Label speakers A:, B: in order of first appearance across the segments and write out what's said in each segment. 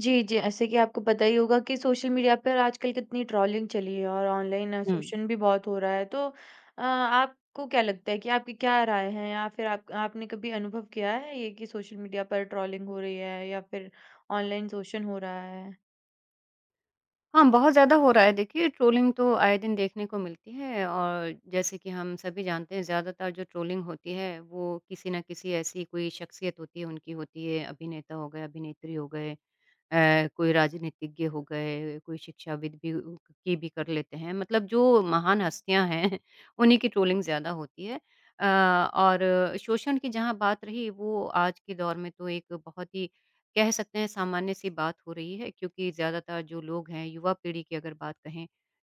A: जी, जी। ऐसे कि आपको पता ही होगा कि सोशल मीडिया पर आजकल कितनी ट्रोलिंग चली है और ऑनलाइन
B: हुँ।
A: शोषण भी बहुत हो रहा है। तो आपको क्या लगता है कि आपकी क्या राय है या फिर आप आपने कभी अनुभव किया है ये कि सोशल मीडिया पर ट्रोलिंग हो रही है या फिर ऑनलाइन शोषण हो रहा है?
B: हाँ, बहुत ज़्यादा हो रहा है। देखिए ट्रोलिंग तो आए दिन देखने को मिलती है और जैसे कि हम सभी जानते हैं ज़्यादातर जो ट्रोलिंग होती है वो किसी न किसी ऐसी कोई शख्सियत होती है उनकी होती है, अभिनेता हो गए, अभिनेत्री हो गए, कोई राजनीतिज्ञ हो गए, कोई शिक्षाविद भी उ की भी कर लेते हैं। मतलब जो महान हस्तियाँ हैं, उन्हीं की ट्रोलिंग ज़्यादा होती है। अ, और शोषण की जहाँ बात रही, वो आज के दौर में तो एक बहुत ही कह सकते हैं सामान्य सी बात हो रही है, क्योंकि ज़्यादातर जो लोग हैं, युवा पीढ़ी की अगर बात कहें,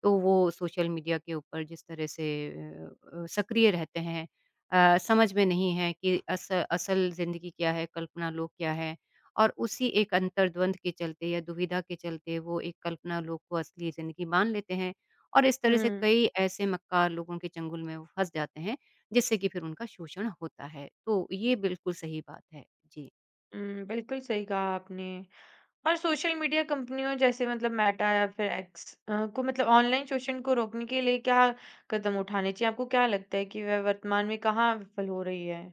B: तो वो सोशल मीडिया के ऊपर जिस तरह से सक्रिय रहते हैं, समझ में नहीं है कि अस असल ज़िंदगी क्या है, कल्पना लोग क्या है। और उसी एक अंतर्द्वंद के चलते या दुविधा के चलते वो एक कल्पना लोग को असली ज़िंदगी मान लेते हैं और इस तरह से
A: हुँ।
B: कई ऐसे मक्कार लोगों के चंगुल में वो फँस जाते हैं, जिससे कि फिर उनका शोषण होता है। तो ये बिल्कुल सही बात है। जी।
A: हुँ, बिल्कुल सही कहा आपने। और सोशल मीडिया कंपनियों जैसे मतलब मेटा या फिर एक्स को मतलब ऑनलाइन शोषण को रोकने के लिए क्या कदम उठाने चाहिए? आपको क्या लगता है कि वह वर्तमान में कहाँ विफल हो रही है?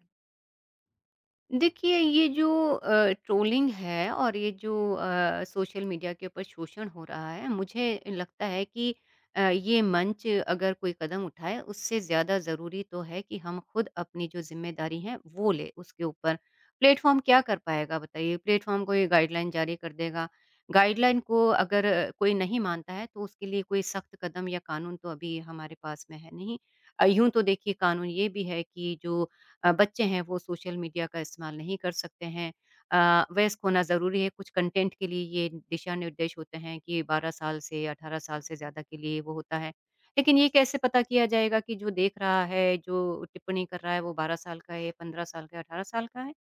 B: देखिए, ये जो ट्रोलिंग है और ये जो सोशल मीडिया के ऊपर शोषण हो रहा है, मुझे लगता है कि ये मंच अगर कोई कदम उठाए, उससे ज़्यादा ज़रूरी तो है कि हम खुद अपनी जो ज़िम्मेदारी है, वो लें उसके ऊपर। प्लेटफ़ॉर्म क्या कर पाएगा बताइए? प्लेटफ़ॉर्म कोई गाइडलाइन जारी कर देगा। गाइडलाइन को अगर कोई नहीं मानता है, तो उसके लिए कोई सख्त कदम या कानून तो अभी हमारे पास में है नहीं। यूँ तो देखिए कानून ये भी है कि जो बच्चे हैं वो सोशल मीडिया का इस्तेमाल नहीं कर सकते हैं। वयस्क होना ज़रूरी है, कुछ कंटेंट के लिए ये दिशा निर्देश होते हैं कि 12 साल से 18 साल से ज़्यादा के लिए वो होता है। लेकिन ये कैसे पता किया जाएगा कि जो देख रहा है, जो टिप्पणी कर रहा है वो 12 साल का है, 15 साल का है, 18 साल का है?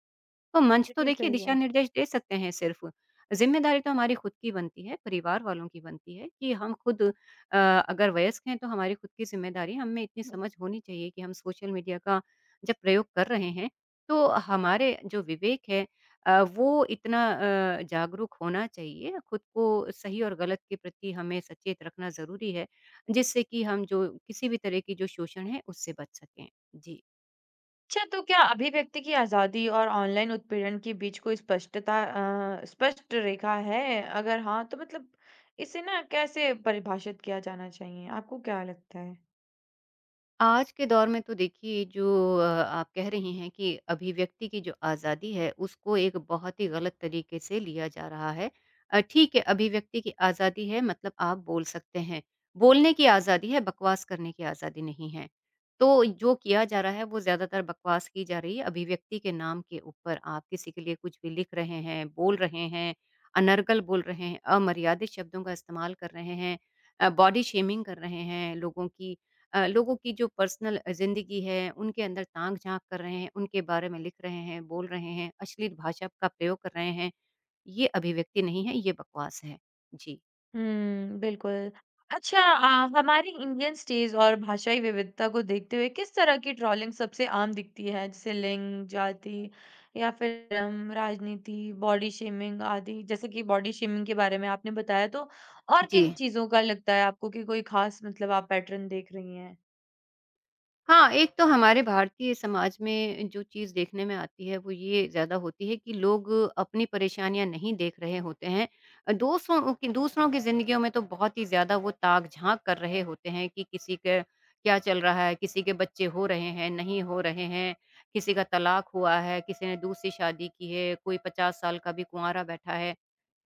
B: तो मंच तो
A: बिल्कुल
B: देखिए
A: सही है।
B: दिशा-निर्देश दे सकते हैं सिर्फ़। ज़िम्मेदारी तो हमारी खुद की बनती है, परिवार वालों की बनती है कि हम खुद अगर वयस्क हैं तो हमारी खुद की ज़िम्मेदारी हमें इतनी समझ होनी चाहिए कि हम सोशल मीडिया का जब प्रयोग कर रहे हैं, तो हमारे जो विवेक है वो इतना जागरूक होना चाहिए। खुद को सही और गलत के प्रति हमें सचेत रखना ज़रूरी है, जिससे कि हम जो किसी भी तरह की जो शोषण है उससे बच सकें। जी।
A: अच्छा, तो क्या अभिव्यक्ति की आज़ादी और ऑनलाइन उत्पीड़न के बीच कोई स्पष्टता स्पष्ट रेखा है? अगर हाँ, तो मतलब इसे ना कैसे परिभाषित किया जाना चाहिए? आपको क्या लगता है?
B: आज के दौर में तो देखिए जो आप कह रही हैं कि अभिव्यक्ति की जो आज़ादी है उसको एक बहुत ही गलत तरीके से लिया जा रहा है। ठीक है, अभिव्यक्ति की आज़ादी है मतलब आप बोल सकते हैं। बोलने की आज़ादी है, बकवास करने की आज़ादी नहीं है। तो जो किया जा रहा है वो ज़्यादातर बकवास की जा रही है अभिव्यक्ति के नाम के ऊपर। आप किसी के लिए कुछ भी लिख रहे हैं, बोल रहे हैं, अनर्गल बोल रहे हैं, अमर्यादित शब्दों का इस्तेमाल कर रहे हैं, बॉडी शेमिंग कर रहे हैं लोगों की लोगों की जो पर्सनल ज़िंदगी है, उनके अंदर ताक-झाँक कर रहे हैं, उनके बारे में लिख रहे हैं, बोल रहे हैं, अश्लील भाषा का प्रयोग कर रहे हैं, ये अभिव्यक्ति नहीं है, ये बकवास है। जी।
A: हुँ, बिल्कुल। अच्छा हमारी इंडियन स्टेज और भाषाई विविधता को देखते हुए किस तरह की ट्रोलिंग सबसे आम दिखती है? जैसे लिंग, जाति या फिर धर्म, राजनीति, बॉडी शेमिंग आदि? जैसे कि बॉडी शेमिंग के बारे में आपने बताया, तो और
B: जी।
A: किन चीज़ों का लगता है आपको कि कोई ख़ास मतलब आप पैटर्न देख रही हैं?
B: हाँ, एक तो हमारे भारतीय समाज में जो चीज़ देखने में आती है, वो ये ज़्यादा होती है कि लोग अपनी परेशानियाँ नहीं देख रहे होते हैं। दूसरों की ज़िंदगियों में तो बहुत ही ज़्यादा वो ताक-झाँक कर रहे होते हैं कि किसी के क्या चल रहा है, किसी के बच्चे हो रहे हैं, नहीं हो रहे हैं, किसी का तलाक हुआ है, किसी ने दूसरी शादी की है, कोई 50 साल का भी कुँवारा बैठा है।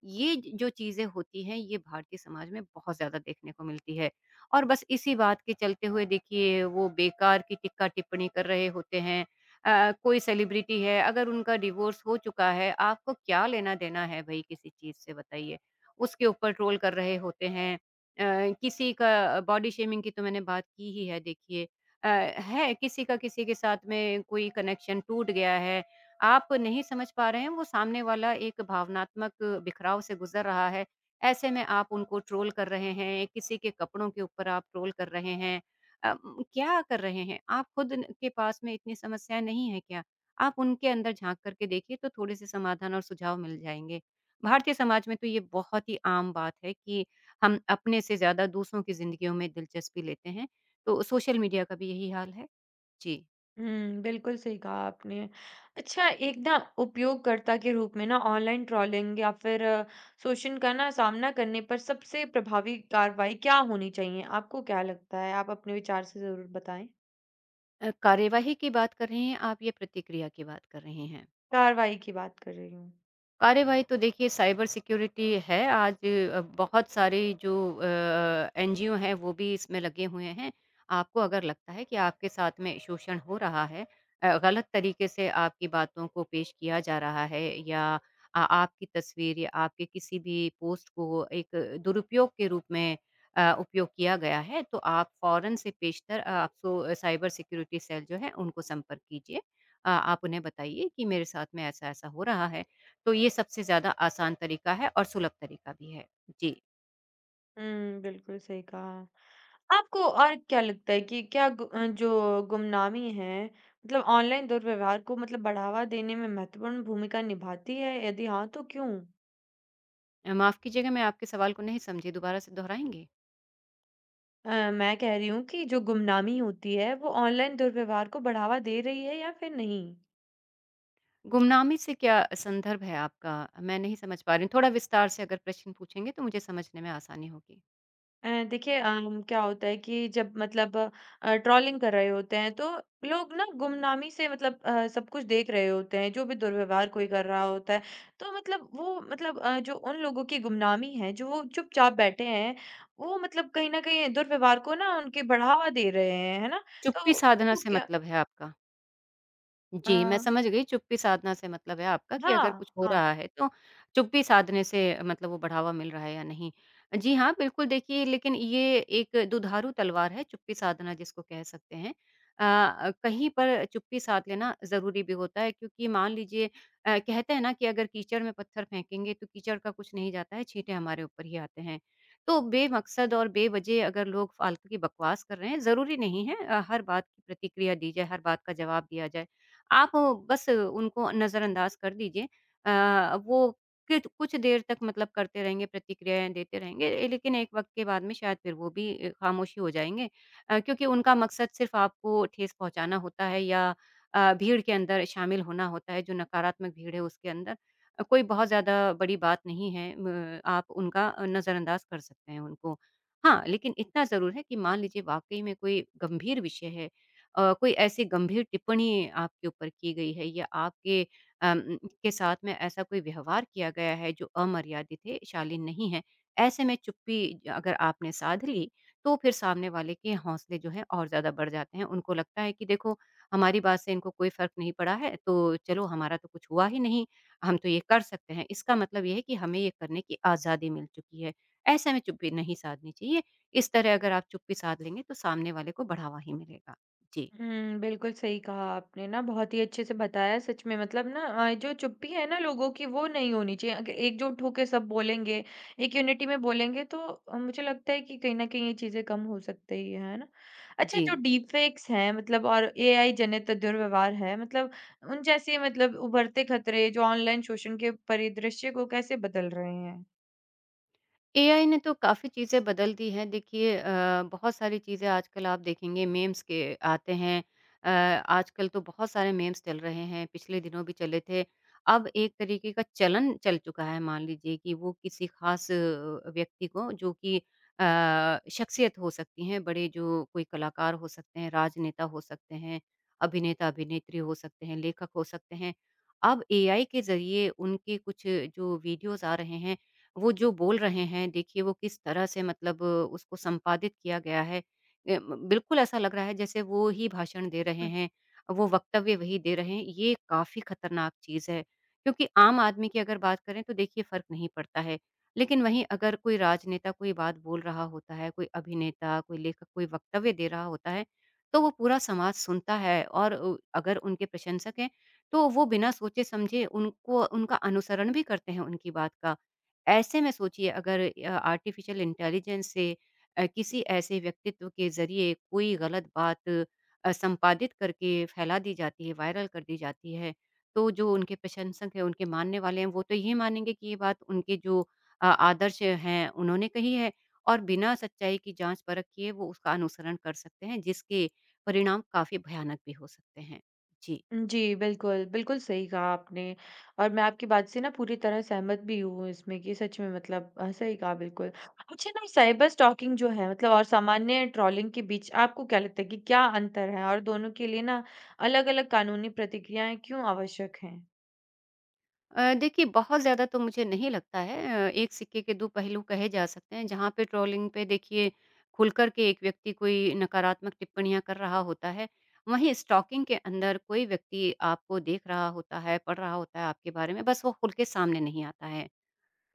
B: ये ज जो चीज़ें होती हैं, ये भारतीय समाज में बहुत ज़्यादा देखने को मिलती है। और बस इसी बात के चलते हुए देखिए वो बेकार की टिक्का-टिप्पणी कर रहे होते हैं। कोई सेलिब्रिटी है, अगर उनका डिवोर्स हो चुका है, आपको क्या लेना-देना है भई किसी चीज़ से बताइए? उसके ऊपर ट्रोल कर रहे होते हैं। किसी का बॉडी शेमिंग की तो मैंने बात की ही है देखिए। अ, है किसी का किसी के साथ में कोई कनेक्शन टूट गया है, आप नहीं समझ पा रहे हैं, वो सामने वाला एक भावनात्मक बिखराव से गुज़र रहा है। ऐसे में आप उनको ट्रोल कर रहे हैं, किसी के कपड़ों के ऊपर आप ट्रोल कर रहे हैं। अ, क्या कर रहे हैं? आप खुद न के पास में इतनी समस्याएँ नहीं है क्या? आप उनके अंदर झाँक कर के देखिए तो थोड़े-से समाधान और सुझाव मिल जाएँगे। भारतीय समाज में तो ये बहुत ही आम बात है कि हम अपने से ज़्यादा दूसरों की ज़िंदगियों में दिलचस्पी लेते हैं। तो सोशल मीडिया का भी यही हाल है। जी।
A: हुँ, बिल्कुल सही कहा आपने। अच्छा एक ना उपयोगकर्ता के रूप में ना ऑनलाइन ट्रोलिंग या फिर शोषण का ना सामना करने पर सबसे प्रभावी कार्रवाई क्या होनी चाहिए? आपको क्या लगता है? आप अपने विचार से ज़रूर बताएँ।
B: कार्यवाही की बात कर रहे हैं आप या प्रतिक्रिया की बात कर रहे हैं?
A: कार्रवाई की बात कर रही हूँ।
B: कार्रवाई तो देखिए साइबर सिक्योरिटी है आज, बहुत सारे जो एनजीओ हैं वो भी इसमें लगे हुए हैं। आपको अगर लगता है कि आपके साथ में शोषण हो रहा है, गलत तरीके से आपकी बातों को पेश किया जा रहा है या आपकी तस्वीर या आपके किसी भी पोस्ट को एक दुरुपयोग के रूप में उपयोग किया गया है, तो आप फौरन से पेशतर, आप साइबर सिक्योरिटी सेल जो है उनको संपर्क कीजिए। आप उन्हें बताइए कि मेरे साथ में ऐसा ऐसा हो रहा है। तो ये सबसे ज़्यादा आसान तरीका है और सुलभ तरीका भी है। जी।
A: हुँ, बिल्कुल सही कहा। आपको और क्या लगता है कि क्या जो गुमनामी है मतलब ऑनलाइन दुर्व्यवहार को मतलब बढ़ावा देने में महत्वपूर्ण भूमिका निभाती है? यदि हाँ, तो क्यों?
B: माफ़ कीजिएगा, मैं आपके सवाल को नहीं समझी, दोबारा से दोहराएँगे?
A: मैं कह रही हूँ कि जो गुमनामी होती है वो ऑनलाइन दुर्व्यवहार को बढ़ावा दे रही है या फिर नहीं?
B: गुमनामी से क्या संदर्भ है आपका? मैं नहीं समझ पा रही हूँ। थोड़ा विस्तार से अगर प्रश्न पूछेंगे तो मुझे समझने में आसानी होगी।
A: देखिए क्या होता है कि जब मतलब ट्रॉलिंग कर रहे होते हैं तो लोग ना गुमनामी से मतलब सब कुछ देख रहे होते हैं जो भी दुर्व्यवहार कोई कर रहा होता है। तो मतलब वो मतलब जो उन लोगों की गुमनामी है जो वो चुपचाप बैठे हैं वो मतलब कहीं न कहीं दुर्व्यवहार को ना उनके बढ़ावा दे रहे हैं, है ना? तो
B: चुप्पी साधना
A: आपको
B: से
A: क्या
B: मतलब है आपका?
A: अ,
B: जी, मैं समझ गई, चुप्पी साधना से मतलब है आपका कि अगर
A: हाँ,
B: कुछ हो
A: हाँ।
B: रहा है तो चुप्पी साधने से मतलब वो बढ़ावा मिल रहा है या नहीं। जी हाँ, बिल्कुल। देखिए, लेकिन ये एक दुधारू तलवार है चुप्पी साधना जिसको कह सकते हैं। कहीं पर चुप्पी साध लेना ज़रूरी भी होता है, क्योंकि मान लीजिए, कहते हैं ना कि अगर कीचड़ में पत्थर फेंकेंगे तो कीचड़ का कुछ नहीं जाता है, छींटे हमारे ऊपर ही आते हैं। तो बेमकसद और बेवजह अगर लोग फालतू की बकवास कर रहे हैं, ज़रूरी नहीं है हर बात की प्रतिक्रिया दी जाए, हर बात का जवाब दिया जाए। आप बस उनको नज़रअंदाज कर दीजिए। वो कित कुछ देर तक मतलब करते रहेंगे, प्रतिक्रियाएँ देते रहेंगे, लेकिन एक वक़्त के बाद में शायद फिर वो भी खामोशी हो जाएँगे, क्योंकि उनका मकसद सिर्फ़ आपको ठेस पहुँचाना होता है या भीड़ के अंदर शामिल होना होता है, जो नकारात्मक भीड़ है उसके अंदर। कोई बहुत ज़्यादा बड़ी बात नहीं है, म आप उनका नज़रअंदाज कर सकते हैं उनको। हाँ, लेकिन इतना ज़रूर है कि मान लीजिए वाक़ई में कोई गंभीर विषय है, कोई ऐसी गंभीर टिप्पणी आपके ऊपर की गई है या आपके अम, के साथ में ऐसा कोई व्यवहार किया गया है जो अमर्यादित है, शालीन नहीं है, ऐसे में चुप्पी अगर आपने साध ली, तो फिर सामने वाले के हौसले जो हैं और ज़्यादा बढ़ जाते हैं। उनको लगता है कि देखो, हमारी बात से इनको कोई फ़र्क नहीं पड़ा है, तो चलो हमारा तो कुछ हुआ ही नहीं, हम तो ये कर सकते हैं। इसका मतलब ये है कि हमें ये करने की आज़ादी मिल चुकी है। ऐसे में चुप्पी नहीं साधनी चाहिए। इस तरह अगर आप चुप्पी साध लेंगे, तो सामने वाले को बढ़ावा ही मिलेगा। जी।
A: हुँ, बिल्कुल सही कहा आपने ना, बहुत ही अच्छे से बताया सच में मतलब ना जो चुप्पी है ना लोगों की वो नहीं होनी चाहिए। अग एकजुट होके सब बोलेंगे, एक यूनिटी में बोलेंगे तो मुझे लगता है कि कहीं न कहीं ये चीज़ें कम हो सकती है ना? अच्छा
B: जी,
A: जो डीप फेक्स हैं मतलब और एआई जनित दुर्व्यवहार है मतलब उन जैसे मतलब उभरते खतरे जो ऑनलाइन शोषण के परिदृश्य को कैसे बदल रहे हैं?
B: एआई ने तो काफ़ी चीज़ें बदल दी हैं। देखिए, बहुत सारी चीज़ें आजकल आप देखेंगे मीम्स के आते हैं। अ, आजकल तो बहुत सारे मीम्स चल रहे हैं, पिछले दिनों भी चले थे। अब एक तरीके का चलन चल चुका है, मान लीजिए कि वो किसी ख़ास व्यक्ति को जो कि शख्सियत हो सकती हैं, बड़े जो कोई कलाकार हो सकते हैं, राजनेता हो सकते हैं, अभिनेता-अभिनेत्री हो सकते हैं, लेखक हो सकते हैं। अब एआई के ज़रिए उनके कुछ जो वीडियोज़ आ रहे हैं वो जो बोल रहे हैं देखिए वो किस तरह से मतलब उसको संपादित किया गया है। बिल्कुल ऐसा लग रहा है जैसे वो ही भाषण दे रहे हैं, वो वक्तव्य वही दे रहे हैं, ये काफ़ी खतरनाक चीज़ है। क्योंकि आम आदमी की अगर बात करें तो देखिए फ़र्क नहीं पड़ता है, लेकिन वहीं अगर कोई राजनेता कोई बात बोल रहा होता है, कोई अभिनेता, कोई लेखक कोई वक्तव्य दे रहा होता है, तो वो पूरा समाज सुनता है और अगर उनके प्रशंसक हैं, तो वो बिना सोचे-समझे उनको उनका अनुसरण भी करते हैं उनकी बात का। ऐसे में सोचिए अगर आर्टिफ़िशियल इंटेलिजेंस से किसी ऐसे व्यक्तित्व के ज़रिए कोई गलत बात संपादित करके फैला दी जाती है, वायरल कर दी जाती है, तो जो उनके प्रशंसक हैं, उनके मानने वाले हैं, वो तो ये मानेंगे कि ये बात उनके जो आदर्श हैं, उन्होंने कही है और बिना सच्चाई की जाँच परख किए वो उसका अनुसरण कर सकते हैं, जिसके परिणाम काफ़ी भयानक भी हो सकते हैं। जी।
A: जी, बिल्कुल, बिल्कुल सही कहा आपने और मैं आपकी बात से ना पूरी तरह सहमत भी हूँ इसमें कि सच में मतलब सही कहा बिल्कुल। अच्छा ना साइबर स्टॉकिंग जो है मतलब और सामान्य ट्रोलिंग के बीच आपको क्या लगता है कि क्या अंतर है? और दोनों के लिए ना अलग-अलग कानूनी प्रतिक्रियाएँ क्यों आवश्यक हैं?
B: देखिए बहुत ज़्यादा तो मुझे नहीं लगता है, एक सिक्के के दो पहलू कहे जा सकते हैं जहाँ पे ट्रोलिंग पे देखिए खुलकर के एक व्यक्ति कोई नकारात्मक टिप्पणियाँ कर रहा होता है। वहीं स्टॉकिंग के अंदर कोई व्यक्ति आपको देख रहा होता है, पढ़ रहा होता है आपके बारे में, बस वो खुल के सामने नहीं आता है।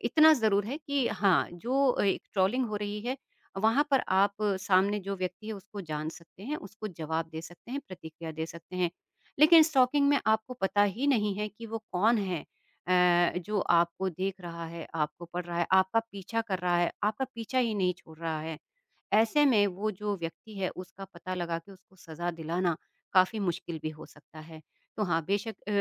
B: इतना ज़रूर है कि हाँ, जो एक ट्रोलिंग हो रही है, वहाँ पर आप सामने जो व्यक्ति है उसको जान सकते हैं, उसको जवाब दे सकते हैं, प्रतिक्रिया दे सकते हैं। लेकिन स्टॉकिंग में आपको पता ही नहीं है कि वो कौन है, जो आपको देख रहा है, आपको पढ़ रहा है, आपका पीछा कर रहा है, आपका पीछा ही नहीं छोड़ रहा है। ऐसे में वो जो व्यक्ति है उसका पता लगा के उसको सज़ा दिलाना काफ़ी मुश्किल भी हो सकता है। तो हाँ, बेशक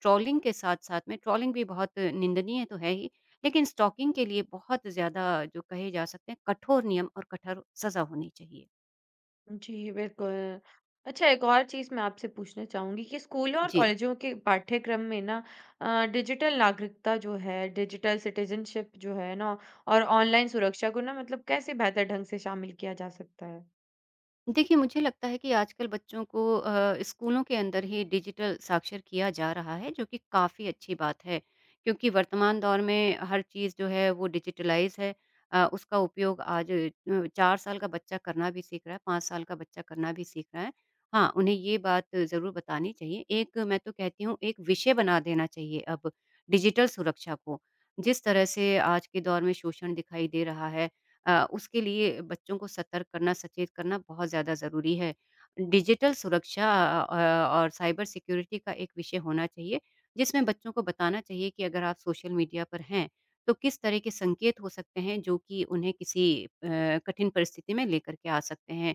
B: ट्रोलिंग के साथ-साथ में ट्रोलिंग भी बहुत निंदनीय तो है ही, लेकिन स्टॉकिंग के लिए बहुत ज़्यादा जो कहे जा सकते हैं कठोर नियम और कठोर सज़ा होनी चाहिए।
A: जी, बिल्कुल। अच्छा एक और चीज़ मैं आपसे पूछना चाहूँगी कि स्कूलों और
B: जी।
A: कॉलेजों के पाठ्यक्रम में ना डिजिटल नागरिकता जो है, डिजिटल सिटीज़नशिप जो है ना और ऑनलाइन सुरक्षा को ना मतलब कैसे बेहतर ढंग से शामिल किया जा सकता है?
B: देखिए, मुझे लगता है कि आजकल बच्चों को स्कूलों के अंदर ही डिजिटल साक्षर किया जा रहा है, जो कि काफ़ी अच्छी बात है। क्योंकि वर्तमान दौर में हर चीज़ जो है वो डिजिटलाइज़ है। उसका उपयोग आज 4 साल का बच्चा करना भी सीख रहा है, 5 साल का बच्चा करना भी सीख रहा है। हाँ, उन्हें ये बात ज़रूर बतानी चाहिए। एक मैं तो कहती हूँ एक विषय बना देना चाहिए अब डिजिटल सुरक्षा को। जिस तरह से आज के दौर में शोषण दिखाई दे रहा है, उसके लिए बच्चों को सतर्क करना, सचेत करना बहुत ज़्यादा ज़रूरी है। डिजिटल सुरक्षा अ, और साइबर सिक्योरिटी का एक विषय होना चाहिए, जिसमें बच्चों को बताना चाहिए कि अगर आप सोशल मीडिया पर हैं, तो किस तरह के संकेत हो सकते हैं जो कि उन्हें किसी कठिन परिस्थिति में लेकर के आ सकते हैं।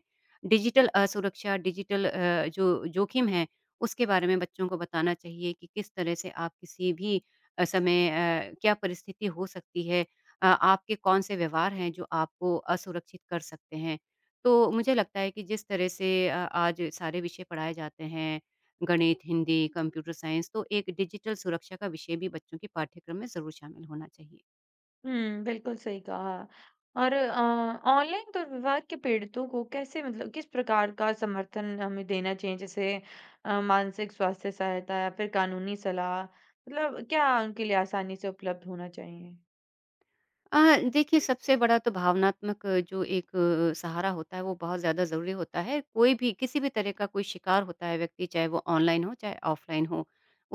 B: डिजिटल असुरक्षा, डिजिटल जो जोखिम है, उसके बारे में बच्चों को बताना चाहिए कि किस तरह से आप किसी भी समय क्या परिस्थिति हो सकती है। आपके कौन-से व्यवहार हैं जो आपको असुरक्षित कर सकते हैं। तो मुझे लगता है कि जिस तरह से आज सारे विषय पढ़ाए जाते हैं, गणित, हिंदी, कंप्यूटर साइंस, तो एक डिजिटल सुरक्षा का विषय भी बच्चों के पाठ्यक्रम में ज़रूर शामिल होना चाहिए।
A: हुँ, बिल्कुल सही कहा। और ऑनलाइन दुर्व्यवहार के पीड़ितों को कैसे मतलब किस प्रकार का समर्थन हमें देना चाहिए? जैसे मानसिक स्वास्थ्य सहायता या फिर कानूनी सलाह, मतलब क्या उनके लिए आसानी से उपलब्ध होना चाहिए?
B: देखिए सबसे बड़ा तो भावनात्मक जो एक सहारा होता है वो बहुत ज़्यादा ज़रूरी होता है। कोई भी किसी भी तरह का कोई शिकार होता है व्यक्ति, चाहे वो ऑनलाइन हो चाहे ऑफ़लाइन हो।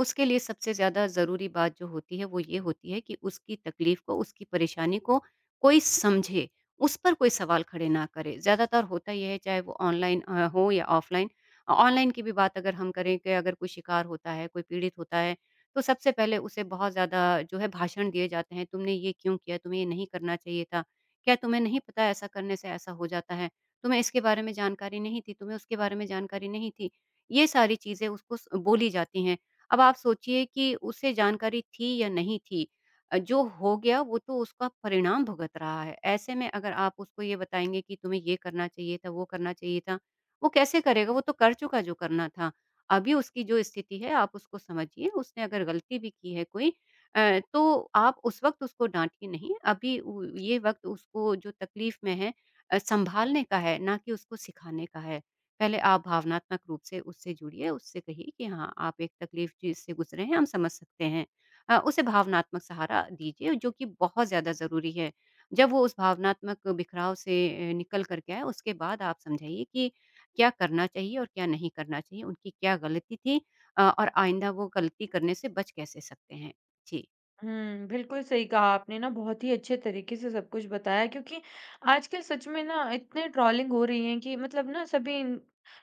B: उसके लिए सबसे ज़्यादा ज़रूरी बात जो होती है वो ये होती है कि उसकी तकलीफ़ को, उसकी परेशानी को कोई समझे, उस पर कोई सवाल खड़े ना करे। ज़्यादातर होता ये है चाहे वो ऑनलाइन हो या ऑफ़लाइन। ऑनलाइन की भी बात अगर हम करें कि अगर कोई शिकार होता है, कोई पीड़ित होता है, तो सबसे पहले उसे बहुत ज़्यादा जो है भाषण दिए जाते हैं, "तुमने ये क्यों किया? तुम्हें ये नहीं करना चाहिए था। क्या तुम्हें नहीं पता ऐसा करने से ऐसा हो जाता है? तुम्हें इसके बारे में जानकारी नहीं थी, तुम्हें उसके बारे में जानकारी नहीं थी।" ये सारी चीज़ें उसको स बोली जाती हैं। अब आप सोचिए कि उसे जानकारी थी या नहीं थी, जो हो गया वो तो उसका परिणाम भुगत रहा है। ऐसे में अगर आप उसको ये बताएँगे कि तुम्हें ये करना चाहिए था, वो करना चाहिए था, वो कैसे करेगा? वो तो कर चुका जो करना था। अभी उसकी जो स्थिति है आप उसको समझिए, उसने अगर गलती भी की है कोई, तो आप उस वक़्त उसको डाँटिए नहीं। अभी उ ये वक़्त उसको जो तकलीफ़ में है सँभालने का है, ना कि उसको सिखाने का है। पहले आप भावनात्मक रूप से उससे जुड़िए, उससे कहिए कि हाँ, आप एक तकलीफ़ जिससे गुज़रे हैं, हम समझ सकते हैं। उसे भावनात्मक सहारा दीजिए जो कि बहुत ज़्यादा ज़रूरी है। जब वो उस भावनात्मक बिखराव से निकल कर के आए उसके बाद आप समझाइए कि क्या करना चाहिए और क्या नहीं करना चाहिए, उनकी क्या गलती थी, और आइंदा वो गलती करने से बच कैसे सकते हैं? जी,
A: हुँ, बिल्कुल सही कहा आपने ना, बहुत ही अच्छे तरीके से सब कुछ बताया क्योंकि आजकल सच में ना इतने ट्रोलिंग हो रही हैं कि मतलब ना सभी इन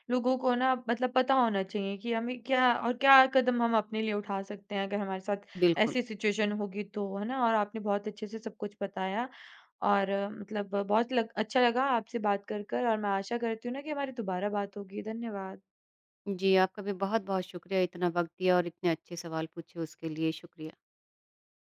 A: लोगों को ना मतलब पता होना चाहिए कि हमें क्या और क्या कदम हम अपने लिए उठा सकते हैं अगर हमारे साथ
B: बिल्कुल।
A: ऐसी सिचुएशन होगी तो, है ना? और आपने बहुत अच्छे से सब कुछ बताया और मतलब बहुत लग अच्छा लगा आपसे बात कर और मैं आशा करती हूँ ना कि हमारी दोबारा बात होगी। धन्यवाद।
B: जी, आपका भी बहुत-बहुत शुक्रिया इतना वक़्त दिया और इतने अच्छे सवाल पूछे उसके लिए, शुक्रिया।